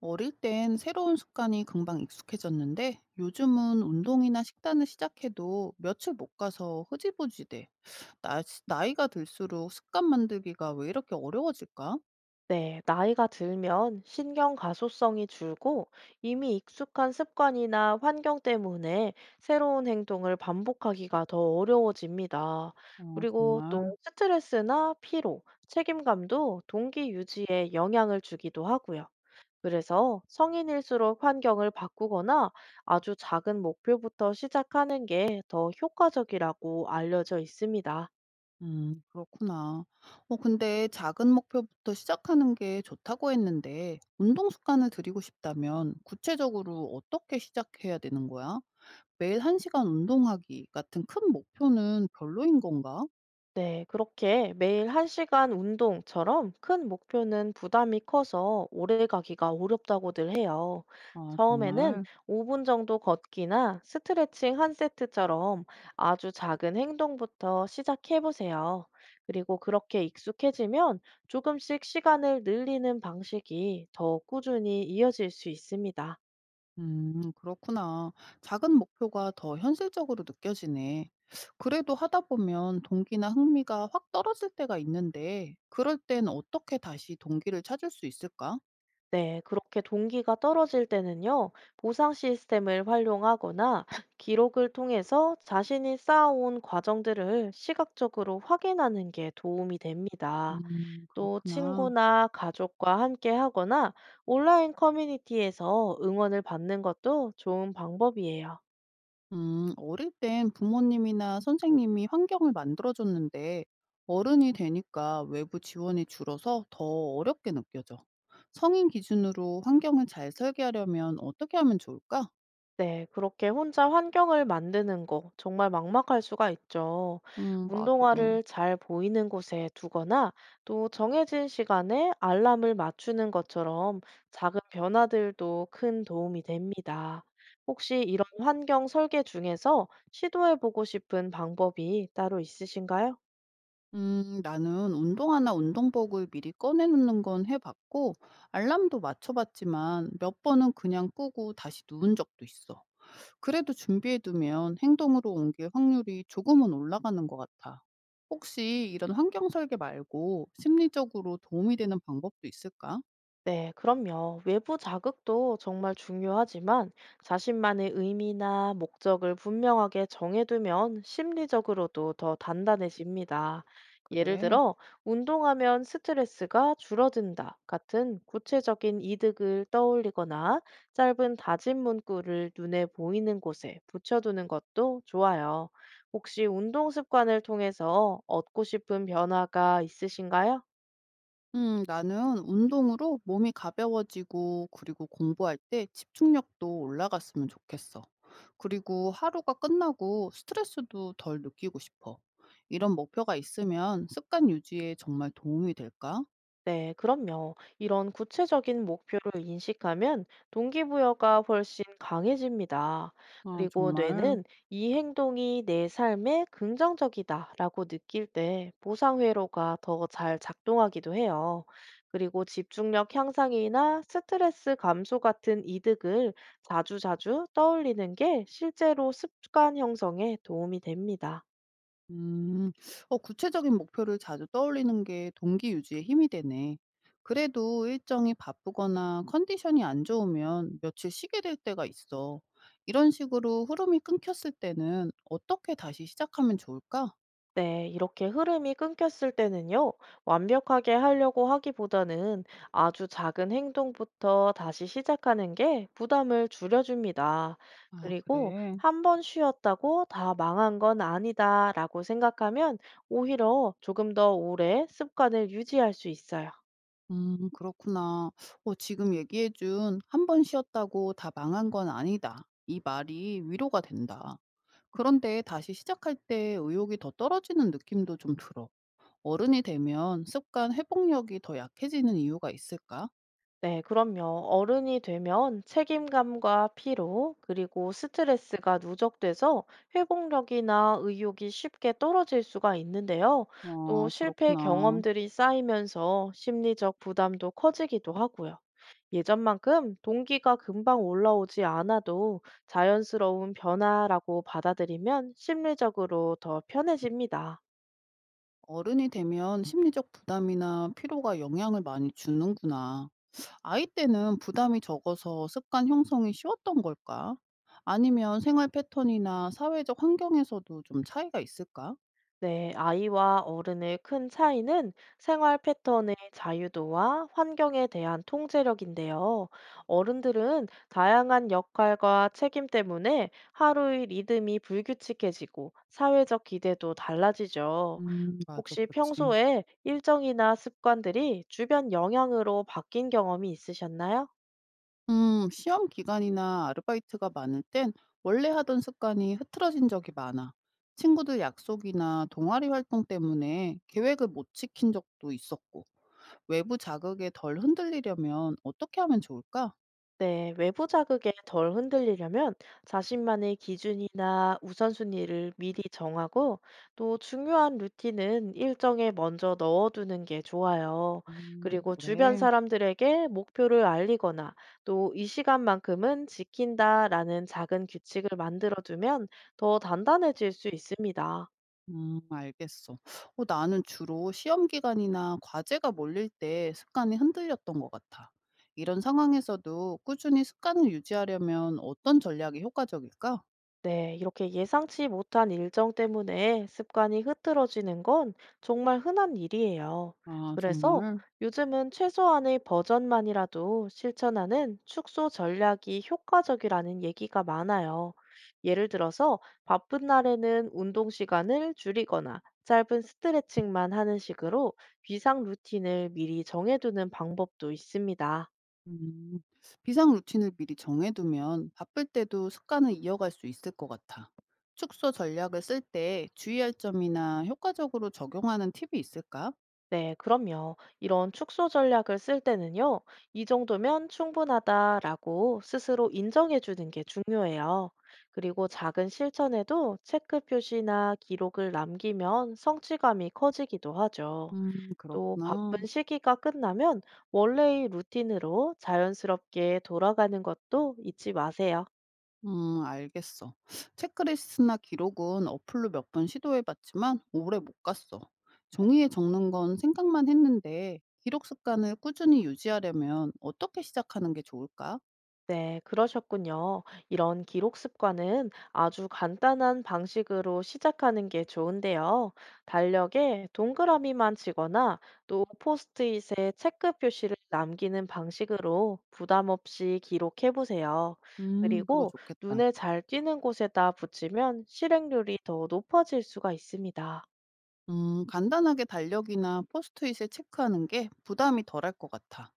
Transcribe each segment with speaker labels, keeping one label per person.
Speaker 1: 어릴 땐 새로운 습관이 금방 익숙해졌는데 요즘은 운동이나 식단을 시작해도 며칠 못 가서 흐지부지 돼. 나, 나이가 들수록 습관 만들기가 왜 이렇게 어려워질까?
Speaker 2: 네, 나이가 들면 신경 가소성이 줄고 이미 익숙한 습관이나 환경 때문에 새로운 행동을 반복하기가 더 어려워집니다.
Speaker 1: 어,
Speaker 2: 그리고
Speaker 1: 정말.
Speaker 2: 또 스트레스나 피로, 책임감도 동기 유지에 영향을 주기도 하고요. 그래서 성인일수록 환경을 바꾸거나 아주 작은 목표부터 시작하는 게 더 효과적이라고 알려져 있습니다.
Speaker 1: 그렇구나. 어, 근데 작은 목표부터 시작하는 게 좋다고 했는데 운동 습관을 들이고 싶다면 구체적으로 어떻게 시작해야 되는 거야? 매일 한 시간 운동하기 같은 큰 목표는 별로인 건가?
Speaker 2: 네, 그렇게 매일 1시간 운동처럼 큰 목표는 부담이 커서 오래 가기가 어렵다고들 해요.
Speaker 1: 아,
Speaker 2: 처음에는
Speaker 1: 정말.
Speaker 2: 5분 정도 걷기나 스트레칭 한 세트처럼 아주 작은 행동부터 시작해 보세요. 그리고 그렇게 익숙해지면 조금씩 시간을 늘리는 방식이 더 꾸준히 이어질 수 있습니다.
Speaker 1: 그렇구나. 작은 목표가 더 현실적으로 느껴지네. 그래도 하다 보면 동기나 흥미가 확 떨어질 때가 있는데, 그럴 땐 어떻게 다시 동기를 찾을 수 있을까?
Speaker 2: 네, 그렇게 동기가 떨어질 때는요, 보상 시스템을 활용하거나 기록을 통해서 자신이 쌓아온 과정들을 시각적으로 확인하는 게 도움이 됩니다. 또
Speaker 1: 그렇구나.
Speaker 2: 친구나 가족과 함께 하거나 온라인 커뮤니티에서 응원을 받는 것도 좋은 방법이에요.
Speaker 1: 어릴 땐 부모님이나 선생님이 환경을 만들어줬는데, 어른이 되니까 외부 지원이 줄어서 더 어렵게 느껴져. 성인 기준으로 환경을 잘 설계하려면 어떻게 하면 좋을까?
Speaker 2: 네, 그렇게 혼자 환경을 만드는 거 정말 막막할 수가 있죠.
Speaker 1: 맞아.
Speaker 2: 운동화를 잘 보이는 곳에 두거나 또 정해진 시간에 알람을 맞추는 것처럼 작은 변화들도 큰 도움이 됩니다. 혹시 이런 환경 설계 중에서 시도해보고 싶은 방법이 따로 있으신가요?
Speaker 1: 나는 운동화나 운동복을 미리 꺼내놓는 건 해봤고, 알람도 맞춰봤지만 몇 번은 그냥 끄고 다시 누운 적도 있어. 그래도 준비해두면 행동으로 옮길 확률이 조금은 올라가는 것 같아. 혹시 이런 환경 설계 말고 심리적으로 도움이 되는 방법도 있을까?
Speaker 2: 네, 그럼요. 외부 자극도 정말 중요하지만 자신만의 의미나 목적을 분명하게 정해두면 심리적으로도 더 단단해집니다. 예를
Speaker 1: 그래.
Speaker 2: 들어, 운동하면 스트레스가 줄어든다 같은 구체적인 이득을 떠올리거나 짧은 다짐 문구를 눈에 보이는 곳에 붙여두는 것도 좋아요. 혹시 운동 습관을 통해서 얻고 싶은 변화가 있으신가요?
Speaker 1: 나는 운동으로 몸이 가벼워지고, 그리고 공부할 때 집중력도 올라갔으면 좋겠어. 그리고 하루가 끝나고 스트레스도 덜 느끼고 싶어. 이런 목표가 있으면 습관 유지에 정말 도움이 될까?
Speaker 2: 네, 그럼요. 이런 구체적인 목표를 인식하면 동기부여가 훨씬 강해집니다.
Speaker 1: 아,
Speaker 2: 그리고
Speaker 1: 정말.
Speaker 2: 뇌는 이 행동이 내 삶에 긍정적이다라고 느낄 때 보상 회로가 더 잘 작동하기도 해요. 그리고 집중력 향상이나 스트레스 감소 같은 이득을 자주자주 떠올리는 게 실제로 습관 형성에 도움이 됩니다.
Speaker 1: 음. 구체적인 목표를 자주 떠올리는 게 동기 유지에 힘이 되네. 그래도 일정이 바쁘거나 컨디션이 안 좋으면 며칠 쉬게 될 때가 있어. 이런 식으로 흐름이 끊겼을 때는 어떻게 다시 시작하면 좋을까?
Speaker 2: 네, 이렇게 흐름이 끊겼을 때는요, 완벽하게 하려고 하기보다는 아주 작은 행동부터 다시 시작하는 게 부담을 줄여줍니다.
Speaker 1: 아,
Speaker 2: 그리고
Speaker 1: 그래.
Speaker 2: 한 번 쉬었다고 다 망한 건 아니다라고 생각하면 오히려 조금 더 오래 습관을 유지할 수 있어요.
Speaker 1: 그렇구나. 어, 지금 얘기해준 한 번 쉬었다고 다 망한 건 아니다. 이 말이 위로가 된다. 그런데 다시 시작할 때 의욕이 더 떨어지는 느낌도 좀 들어. 어른이 되면 습관 회복력이 더 약해지는 이유가 있을까?
Speaker 2: 네, 그럼요. 어른이 되면 책임감과 피로, 그리고 스트레스가 누적돼서 회복력이나 의욕이 쉽게 떨어질 수가 있는데요. 또
Speaker 1: 아,
Speaker 2: 실패
Speaker 1: 그렇구나.
Speaker 2: 경험들이 쌓이면서 심리적 부담도 커지기도 하고요. 예전만큼 동기가 금방 올라오지 않아도 자연스러운 변화라고 받아들이면 심리적으로 더 편해집니다.
Speaker 1: 어른이 되면 심리적 부담이나 피로가 영향을 많이 주는구나. 아이 때는 부담이 적어서 습관 형성이 쉬웠던 걸까? 아니면 생활 패턴이나 사회적 환경에서도 좀 차이가 있을까?
Speaker 2: 네, 아이와 어른의 큰 차이는 생활 패턴의 자유도와 환경에 대한 통제력인데요. 어른들은 다양한 역할과 책임 때문에 하루의 리듬이 불규칙해지고 사회적 기대도 달라지죠.
Speaker 1: 맞아.
Speaker 2: 혹시
Speaker 1: 그렇지.
Speaker 2: 평소에 일정이나 습관들이 주변 영향으로 바뀐 경험이 있으셨나요?
Speaker 1: 시험 기간이나 아르바이트가 많을 땐 원래 하던 습관이 흐트러진 적이 많아. 친구들 약속이나 동아리 활동 때문에 계획을 못 지킨 적도 있었고, 외부 자극에 덜 흔들리려면 어떻게 하면 좋을까?
Speaker 2: 네, 외부 자극에 덜 흔들리려면 자신만의 기준이나 우선순위를 미리 정하고 또 중요한 루틴은 일정에 먼저 넣어두는 게 좋아요. 그리고 주변
Speaker 1: 그래.
Speaker 2: 사람들에게 목표를 알리거나 또 이 시간만큼은 지킨다라는 작은 규칙을 만들어두면 더 단단해질 수 있습니다.
Speaker 1: 알겠어. 어, 나는 주로 시험 기간이나 과제가 몰릴 때 습관이 흔들렸던 것 같아. 이런 상황에서도 꾸준히 습관을 유지하려면 어떤 전략이 효과적일까?
Speaker 2: 네, 이렇게 예상치 못한 일정 때문에 습관이 흐트러지는 건 정말 흔한 일이에요.
Speaker 1: 아,
Speaker 2: 그래서
Speaker 1: 정말.
Speaker 2: 요즘은 최소한의 버전만이라도 실천하는 축소 전략이 효과적이라는 얘기가 많아요. 예를 들어서 바쁜 날에는 운동 시간을 줄이거나 짧은 스트레칭만 하는 식으로 비상 루틴을 미리 정해두는 방법도 있습니다.
Speaker 1: 음, 비상 루틴을 미리 정해두면 바쁠 때도 습관을 이어갈 수 있을 것 같아. 축소 전략을 쓸 때 주의할 점이나 효과적으로 적용하는 팁이 있을까?
Speaker 2: 네, 그럼요. 이런 축소 전략을 쓸 때는요, 이 정도면 충분하다라고 스스로 인정해 주는 게 중요해요. 그리고 작은 실천에도 체크 표시나 기록을 남기면 성취감이 커지기도 하죠. 또
Speaker 1: 그렇구나.
Speaker 2: 바쁜 시기가 끝나면 원래의 루틴으로 자연스럽게 돌아가는 것도 잊지 마세요.
Speaker 1: 알겠어. 체크리스트나 기록은 어플로 몇 번 시도해봤지만 오래 못 갔어. 종이에 적는 건 생각만 했는데 기록 습관을 꾸준히 유지하려면 어떻게 시작하는 게 좋을까?
Speaker 2: 네, 그러셨군요. 이런 기록 습관은 아주 간단한 방식으로 시작하는 게 좋은데요. 달력에 동그라미만 치거나 또 포스트잇에 체크 표시를 남기는 방식으로 부담 없이 기록해 보세요.
Speaker 1: 그거
Speaker 2: 그리고
Speaker 1: 좋겠다.
Speaker 2: 눈에 잘 띄는 곳에다 붙이면 실행률이 더 높아질 수가 있습니다.
Speaker 1: 간단하게 달력이나 포스트잇에 체크하는 게 부담이 덜할 것 같아.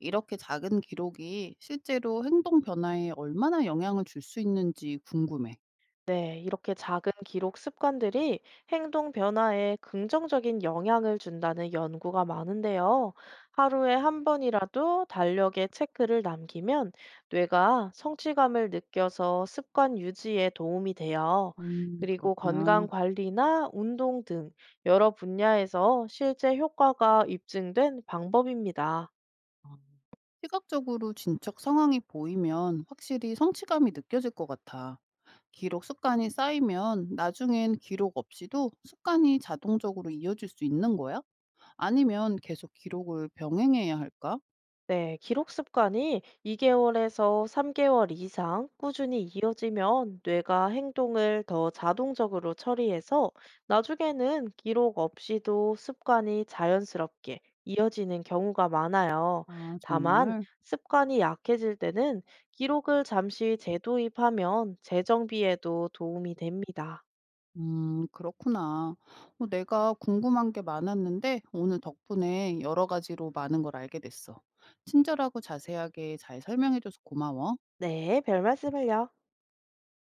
Speaker 1: 이렇게 작은 기록이 실제로 행동 변화에 얼마나 영향을 줄 수 있는지 궁금해.
Speaker 2: 네, 이렇게 작은 기록 습관들이 행동 변화에 긍정적인 영향을 준다는 연구가 많은데요. 하루에 한 번이라도 달력에 체크를 남기면 뇌가 성취감을 느껴서 습관 유지에 도움이 돼요. 그리고 건강
Speaker 1: 그렇구나.
Speaker 2: 관리나 운동 등 여러 분야에서 실제 효과가 입증된 방법입니다.
Speaker 1: 어. 시각적으로 진척 상황이 보이면 확실히 성취감이 느껴질 것 같아. 기록 습관이 쌓이면 나중엔 기록 없이도 습관이 자동적으로 이어질 수 있는 거야? 아니면 계속 기록을 병행해야 할까?
Speaker 2: 네, 기록 습관이 2개월에서 3개월 이상 꾸준히 이어지면 뇌가 행동을 더 자동적으로 처리해서 나중에는 기록 없이도 습관이 자연스럽게 이어지는 경우가 많아요.
Speaker 1: 아,
Speaker 2: 다만,
Speaker 1: 정말.
Speaker 2: 습관이 약해질 때는 기록을 잠시 재도입하면 재정비에도 도움이 됩니다.
Speaker 1: 그렇구나. 어, 내가 궁금한 게 많았는데 오늘 덕분에 여러 가지로 많은 걸 알게 됐어. 친절하고 자세하게 잘 설명해줘서 고마워.
Speaker 2: 네, 별 말씀을요.